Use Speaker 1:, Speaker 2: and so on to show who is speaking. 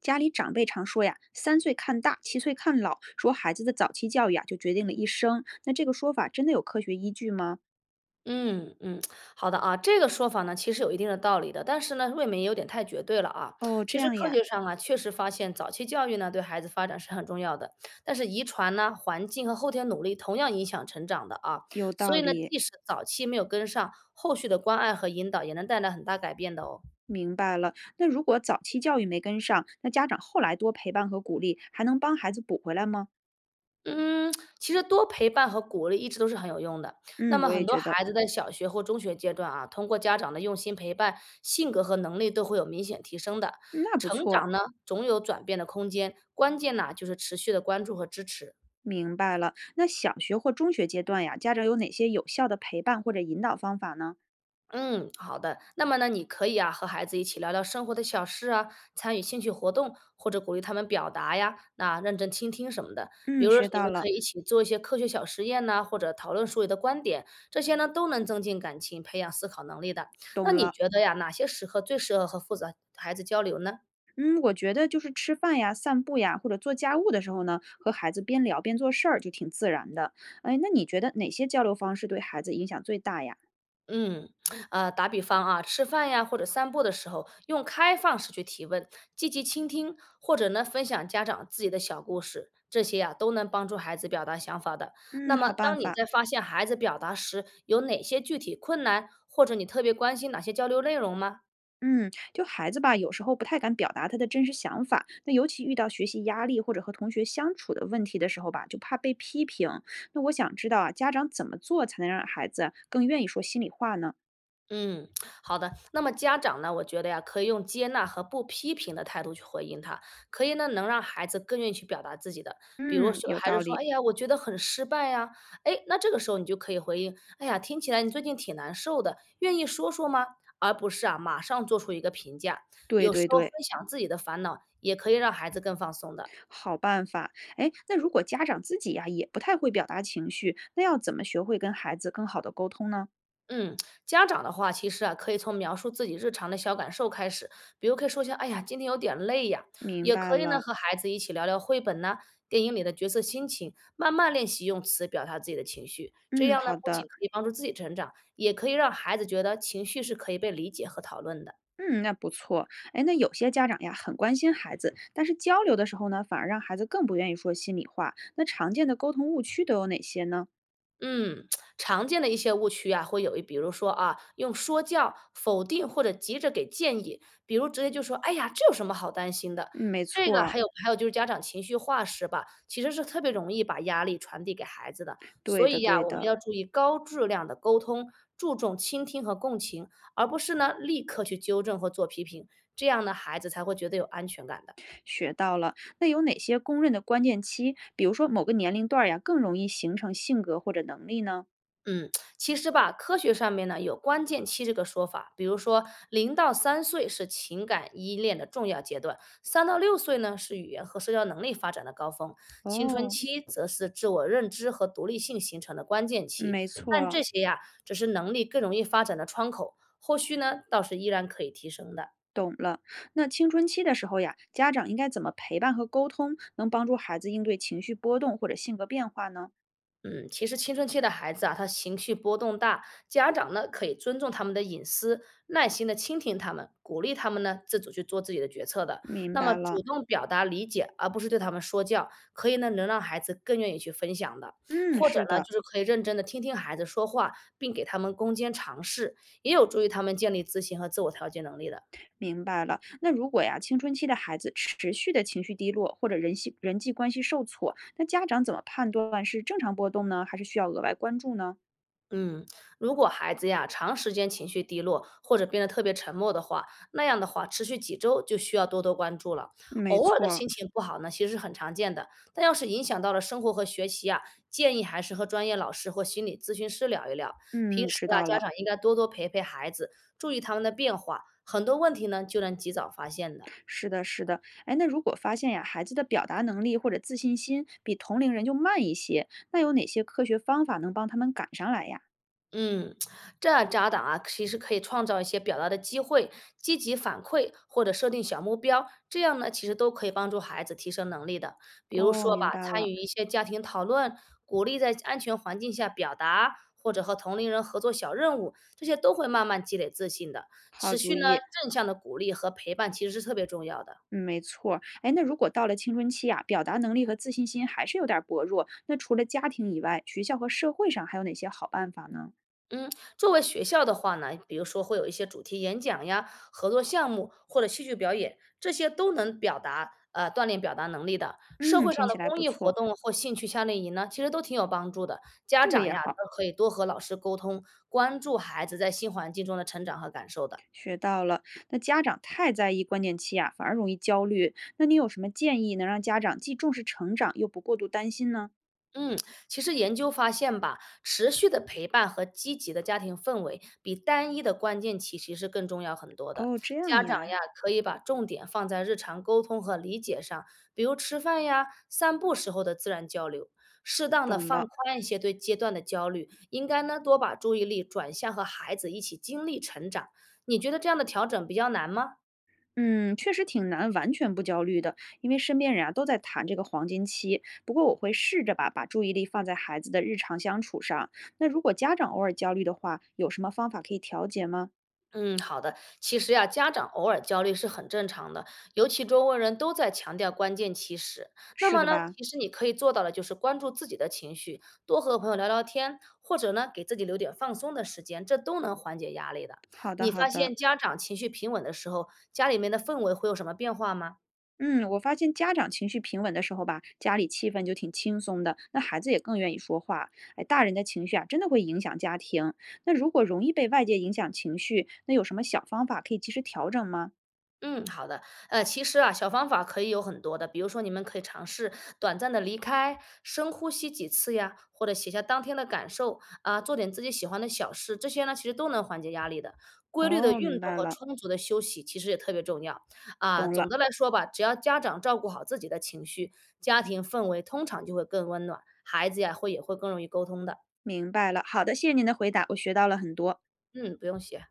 Speaker 1: 家里长辈常说呀，三岁看大，七岁看老，说孩子的早期教育啊，就决定了一生。那这个说法真的有科学依据吗？
Speaker 2: 嗯嗯，好的啊，这个说法呢，其实有一定的道理的，但是呢，未免也有点太绝对了啊。
Speaker 1: 哦，这
Speaker 2: 其实
Speaker 1: 样
Speaker 2: 科
Speaker 1: 呀，
Speaker 2: 学上啊，确实发现早期教育呢，对孩子发展是很重要的，但是遗传呢、环境和后天努力同样影响成长的啊。
Speaker 1: 有
Speaker 2: 所
Speaker 1: 道
Speaker 2: 以呢，
Speaker 1: 理，
Speaker 2: 即使早期没有跟上，后续的关爱和引导也能带来很大改变的哦。
Speaker 1: 明白了。那如果早期教育没跟上，那家长后来多陪伴和鼓励，还能帮孩子补回来吗？
Speaker 2: 嗯，其实多陪伴和鼓励一直都是很有用的。那
Speaker 1: 嗯，
Speaker 2: 么
Speaker 1: 我也
Speaker 2: 很多
Speaker 1: 觉得，
Speaker 2: 孩子在小学或中学阶段啊，通过家长的用心陪伴，性格和能力都会有明显提升的。
Speaker 1: 嗯那不
Speaker 2: 成
Speaker 1: 错，
Speaker 2: 长呢，总有转变的空间，关键呢就是持续的关注和支持。
Speaker 1: 明白了。那小学或中学阶段呀，家长有哪些有效的陪伴或者引导方法呢？
Speaker 2: 嗯，好的。那么呢，你可以啊和孩子一起聊聊生活的小事啊，参与兴趣活动，或者鼓励他们表达呀，那认真倾听什么的。比
Speaker 1: 嗯，
Speaker 2: 如说，
Speaker 1: 学
Speaker 2: 你
Speaker 1: 到
Speaker 2: 们
Speaker 1: 了，
Speaker 2: 可以一起做一些科学小实验呐、或者讨论书里的观点，这些呢都能增进感情，培养思考能力的。
Speaker 1: 懂
Speaker 2: 那你
Speaker 1: 了。
Speaker 2: 觉得呀，哪些时刻最适合和父子孩子交流呢？
Speaker 1: 嗯，我觉得就是吃饭呀、散步呀，或者做家务的时候呢，和孩子边聊边做事儿，就挺自然的。哎，那你觉得哪些交流方式对孩子影响最大呀？
Speaker 2: 嗯，打比方啊，吃饭呀或者散步的时候，用开放式去提问，积极倾听，或者呢分享家长自己的小故事，这些呀、都能帮助孩子表达想法的。
Speaker 1: 嗯，
Speaker 2: 那么，
Speaker 1: 好办
Speaker 2: 当你
Speaker 1: 法。
Speaker 2: 在发现孩子表达时有哪些具体困难，或者你特别关心哪些交流内容吗？
Speaker 1: 嗯，就孩子吧，有时候不太敢表达他的真实想法，那尤其遇到学习压力或者和同学相处的问题的时候吧，就怕被批评。那我想知道啊，家长怎么做才能让孩子啊更愿意说心里话呢？
Speaker 2: 嗯，好的。那么家长呢，我觉得呀，可以用接纳和不批评的态度去回应他，可以呢，能让孩子更愿意去表达自己的。比如
Speaker 1: 嗯，
Speaker 2: 说，
Speaker 1: 有
Speaker 2: 孩子
Speaker 1: 道
Speaker 2: 说：
Speaker 1: 理。
Speaker 2: “哎呀，我觉得很失败呀。”哎，那这个时候你就可以回应：“哎呀，听起来你最近挺难受的，愿意说说吗？”而不是啊，马上做出一个评价。
Speaker 1: 对
Speaker 2: 有时
Speaker 1: 对
Speaker 2: 候分
Speaker 1: 对。
Speaker 2: 享自己的烦恼，也可以让孩子更放松的。
Speaker 1: 好办法，哎，那如果家长自己呀、也不太会表达情绪，那要怎么学会跟孩子更好的沟通呢？
Speaker 2: 嗯，家长的话，其实啊，可以从描述自己日常的小感受开始，比如可以说一下，哎呀，今天有点累呀，
Speaker 1: 明
Speaker 2: 也
Speaker 1: 白
Speaker 2: 可以呢
Speaker 1: 了，
Speaker 2: 和孩子一起聊聊绘本呐、电影里的角色心情，慢慢练习用词表达自己的情绪，这
Speaker 1: 嗯，
Speaker 2: 样呢，
Speaker 1: 好
Speaker 2: 不
Speaker 1: 的，
Speaker 2: 仅可以帮助自己成长，也可以让孩子觉得情绪是可以被理解和讨论的。
Speaker 1: 嗯，那不错，哎，那有些家长呀很关心孩子，但是交流的时候呢，反而让孩子更不愿意说心里话。那常见的沟通误区都有哪些呢？
Speaker 2: 嗯，常见的一些误区啊，会有一，比如说啊，用说教、否定或者急着给建议，比如直接就说：“哎呀，这有什么好担心的？”
Speaker 1: 嗯，没
Speaker 2: 这
Speaker 1: 错
Speaker 2: 个
Speaker 1: 儿，
Speaker 2: 还有就是家长情绪化时吧，其实是特别容易把压力传递给孩子的。
Speaker 1: 对
Speaker 2: 所
Speaker 1: 的，
Speaker 2: 以呀，
Speaker 1: 对
Speaker 2: 我们
Speaker 1: 的，
Speaker 2: 要注意高质量的沟通，注重倾听和共情，而不是呢立刻去纠正和做批评，这样呢孩子才会觉得有安全感的。
Speaker 1: 学到了。那有哪些公认的关键期？比如说某个年龄段儿呀，更容易形成性格或者能力呢？
Speaker 2: 嗯，其实吧，科学上面呢有“关键期”这个说法，比如说零到三岁是情感依恋的重要阶段，三到六岁呢是语言和社交能力发展的高峰，青春
Speaker 1: 哦，
Speaker 2: 期则是自我认知和独立性形成的关键期。
Speaker 1: 没错
Speaker 2: 但
Speaker 1: 儿。
Speaker 2: 这些呀，只是能力更容易发展的窗口，后续呢倒是依然可以提升的。
Speaker 1: 懂了。那青春期的时候呀，家长应该怎么陪伴和沟通，能帮助孩子应对情绪波动或者性格变化呢？
Speaker 2: 嗯，其实青春期的孩子啊，他情绪波动大，家长呢可以尊重他们的隐私，耐心的倾听他们，鼓励他们呢自主去做自己的决策的。
Speaker 1: 明
Speaker 2: 那么
Speaker 1: 白了，
Speaker 2: 主动表达理解，而不是对他们说教，可以呢能让孩子更愿意去分享的。
Speaker 1: 嗯，
Speaker 2: 或者
Speaker 1: 是
Speaker 2: 呢，
Speaker 1: 的，
Speaker 2: 就是可以认真的听听孩子说话，并给他们攻坚尝试，也有助于他们建立自信和自我调节能力的。
Speaker 1: 明白了。那如果呀，青春期的孩子持续的情绪低落，或者人际关系受挫，那家长怎么判断是正常波动呢，还是需要额外关注呢？
Speaker 2: 嗯，如果孩子呀长时间情绪低落，或者变得特别沉默的话，那样的话持续几周就需要多多关注了。
Speaker 1: 没
Speaker 2: 偶尔
Speaker 1: 错
Speaker 2: 的
Speaker 1: 儿。
Speaker 2: 心情不好呢，其实是很常见的，但要是影响到了生活和学习啊，建议还是和专业老师或心理咨询师聊一聊。平
Speaker 1: 嗯，
Speaker 2: 时
Speaker 1: 知
Speaker 2: 啊，
Speaker 1: 道
Speaker 2: 家
Speaker 1: 了。
Speaker 2: 长应该多多陪陪孩子，注意他们的变化，很多问题呢就能及早发现的。
Speaker 1: 是的，是的。哎，那如果发现呀，孩子的表达能力或者自信心比同龄人就慢一些，那有哪些科学方法能帮他们赶上来呀？
Speaker 2: 嗯，这样家长啊，其实可以创造一些表达的机会，积极反馈或者设定小目标，这样呢，其实都可以帮助孩子提升能力的。比如
Speaker 1: 哦，
Speaker 2: 说吧，
Speaker 1: 明白
Speaker 2: 参
Speaker 1: 了，
Speaker 2: 与一些家庭讨论，鼓励在安全环境下表达，或者和同龄人合作小任务，这些都会慢慢积累自信的。
Speaker 1: 好
Speaker 2: 持
Speaker 1: 主
Speaker 2: 续呢，
Speaker 1: 意，
Speaker 2: 正向的鼓励和陪伴其实是特别重要的。
Speaker 1: 嗯，没错儿。哎，那如果到了青春期啊，表达能力和自信心还是有点儿薄弱，那除了家庭以外，学校和社会上还有哪些好办法呢？
Speaker 2: 嗯，作为学校的话呢，比如说会有一些主题演讲呀、合作项目或者戏剧表演，这些都能锻炼表达能力的。社
Speaker 1: 嗯，
Speaker 2: 会
Speaker 1: 听
Speaker 2: 上的
Speaker 1: 起来
Speaker 2: 公
Speaker 1: 不
Speaker 2: 益活
Speaker 1: 错，
Speaker 2: 动或兴趣夏令营呢，其实都挺有帮助的。家
Speaker 1: 这个
Speaker 2: 长
Speaker 1: 也
Speaker 2: 呀
Speaker 1: 好，
Speaker 2: 都可以多和老师沟通，关注孩子在新环境中的成长和感受的。
Speaker 1: 学到了。那家长太在意关键期啊，反而容易焦虑。那你有什么建议能让家长既重视成长，又不过度担心呢？
Speaker 2: 嗯，其实研究发现吧，持续的陪伴和积极的家庭氛围，比单一的关键期其实更重要很多的。
Speaker 1: 哦，这
Speaker 2: 家
Speaker 1: 样
Speaker 2: 长
Speaker 1: 呀，
Speaker 2: 呀，可以把重点放在日常沟通和理解上，比如吃饭呀、散步时候的自然交流，适当的
Speaker 1: 懂
Speaker 2: 放
Speaker 1: 了。
Speaker 2: 宽一些对阶段的焦虑，应该呢多把注意力转向和孩子一起经历成长。你觉得这样的调整比较难吗？
Speaker 1: 嗯，确实挺难完全不焦虑的，因为身边人啊都在谈这个黄金期。不过我会试着吧，把注意力放在孩子的日常相处上。那如果家长偶尔焦虑的话，有什么方法可以调节吗？
Speaker 2: 嗯，好的。其实呀，家长偶尔焦虑是很正常的，尤其周围人都在强调关键其实。那
Speaker 1: 是
Speaker 2: 么
Speaker 1: 的
Speaker 2: 呢，
Speaker 1: 吧？
Speaker 2: 其实你可以做到的就是关注自己的情绪，多和朋友聊聊天，或者呢，给自己留点放松的时间，这都能缓解压力的。
Speaker 1: 好的，
Speaker 2: 你
Speaker 1: 好
Speaker 2: 发
Speaker 1: 的。
Speaker 2: 现家长情绪平稳的时候，家里面的氛围会有什么变化吗？
Speaker 1: 嗯，我发现家长情绪平稳的时候吧，家里气氛就挺轻松的，那孩子也更愿意说话。哎，大人的情绪啊，真的会影响家庭。那如果容易被外界影响情绪，那有什么小方法可以及时调整吗？
Speaker 2: 嗯，好的。其实啊，小方法可以有很多的，比如说你们可以尝试短暂的离开，深呼吸几次呀，或者写下当天的感受啊，做点自己喜欢的小事，这些呢其实都能缓解压力的。规律的
Speaker 1: 哦，
Speaker 2: 运
Speaker 1: 明
Speaker 2: 动
Speaker 1: 白
Speaker 2: 和
Speaker 1: 了，
Speaker 2: 充足的休息其实也特别重要啊。
Speaker 1: 懂
Speaker 2: 总
Speaker 1: 了。
Speaker 2: 的来说吧，只要家长照顾好自己的情绪，家庭氛围通常就会更温暖，孩子呀会也会更容易沟通的。
Speaker 1: 明白了，好的，谢谢您的回答，我学到了很多。
Speaker 2: 嗯，不用谢。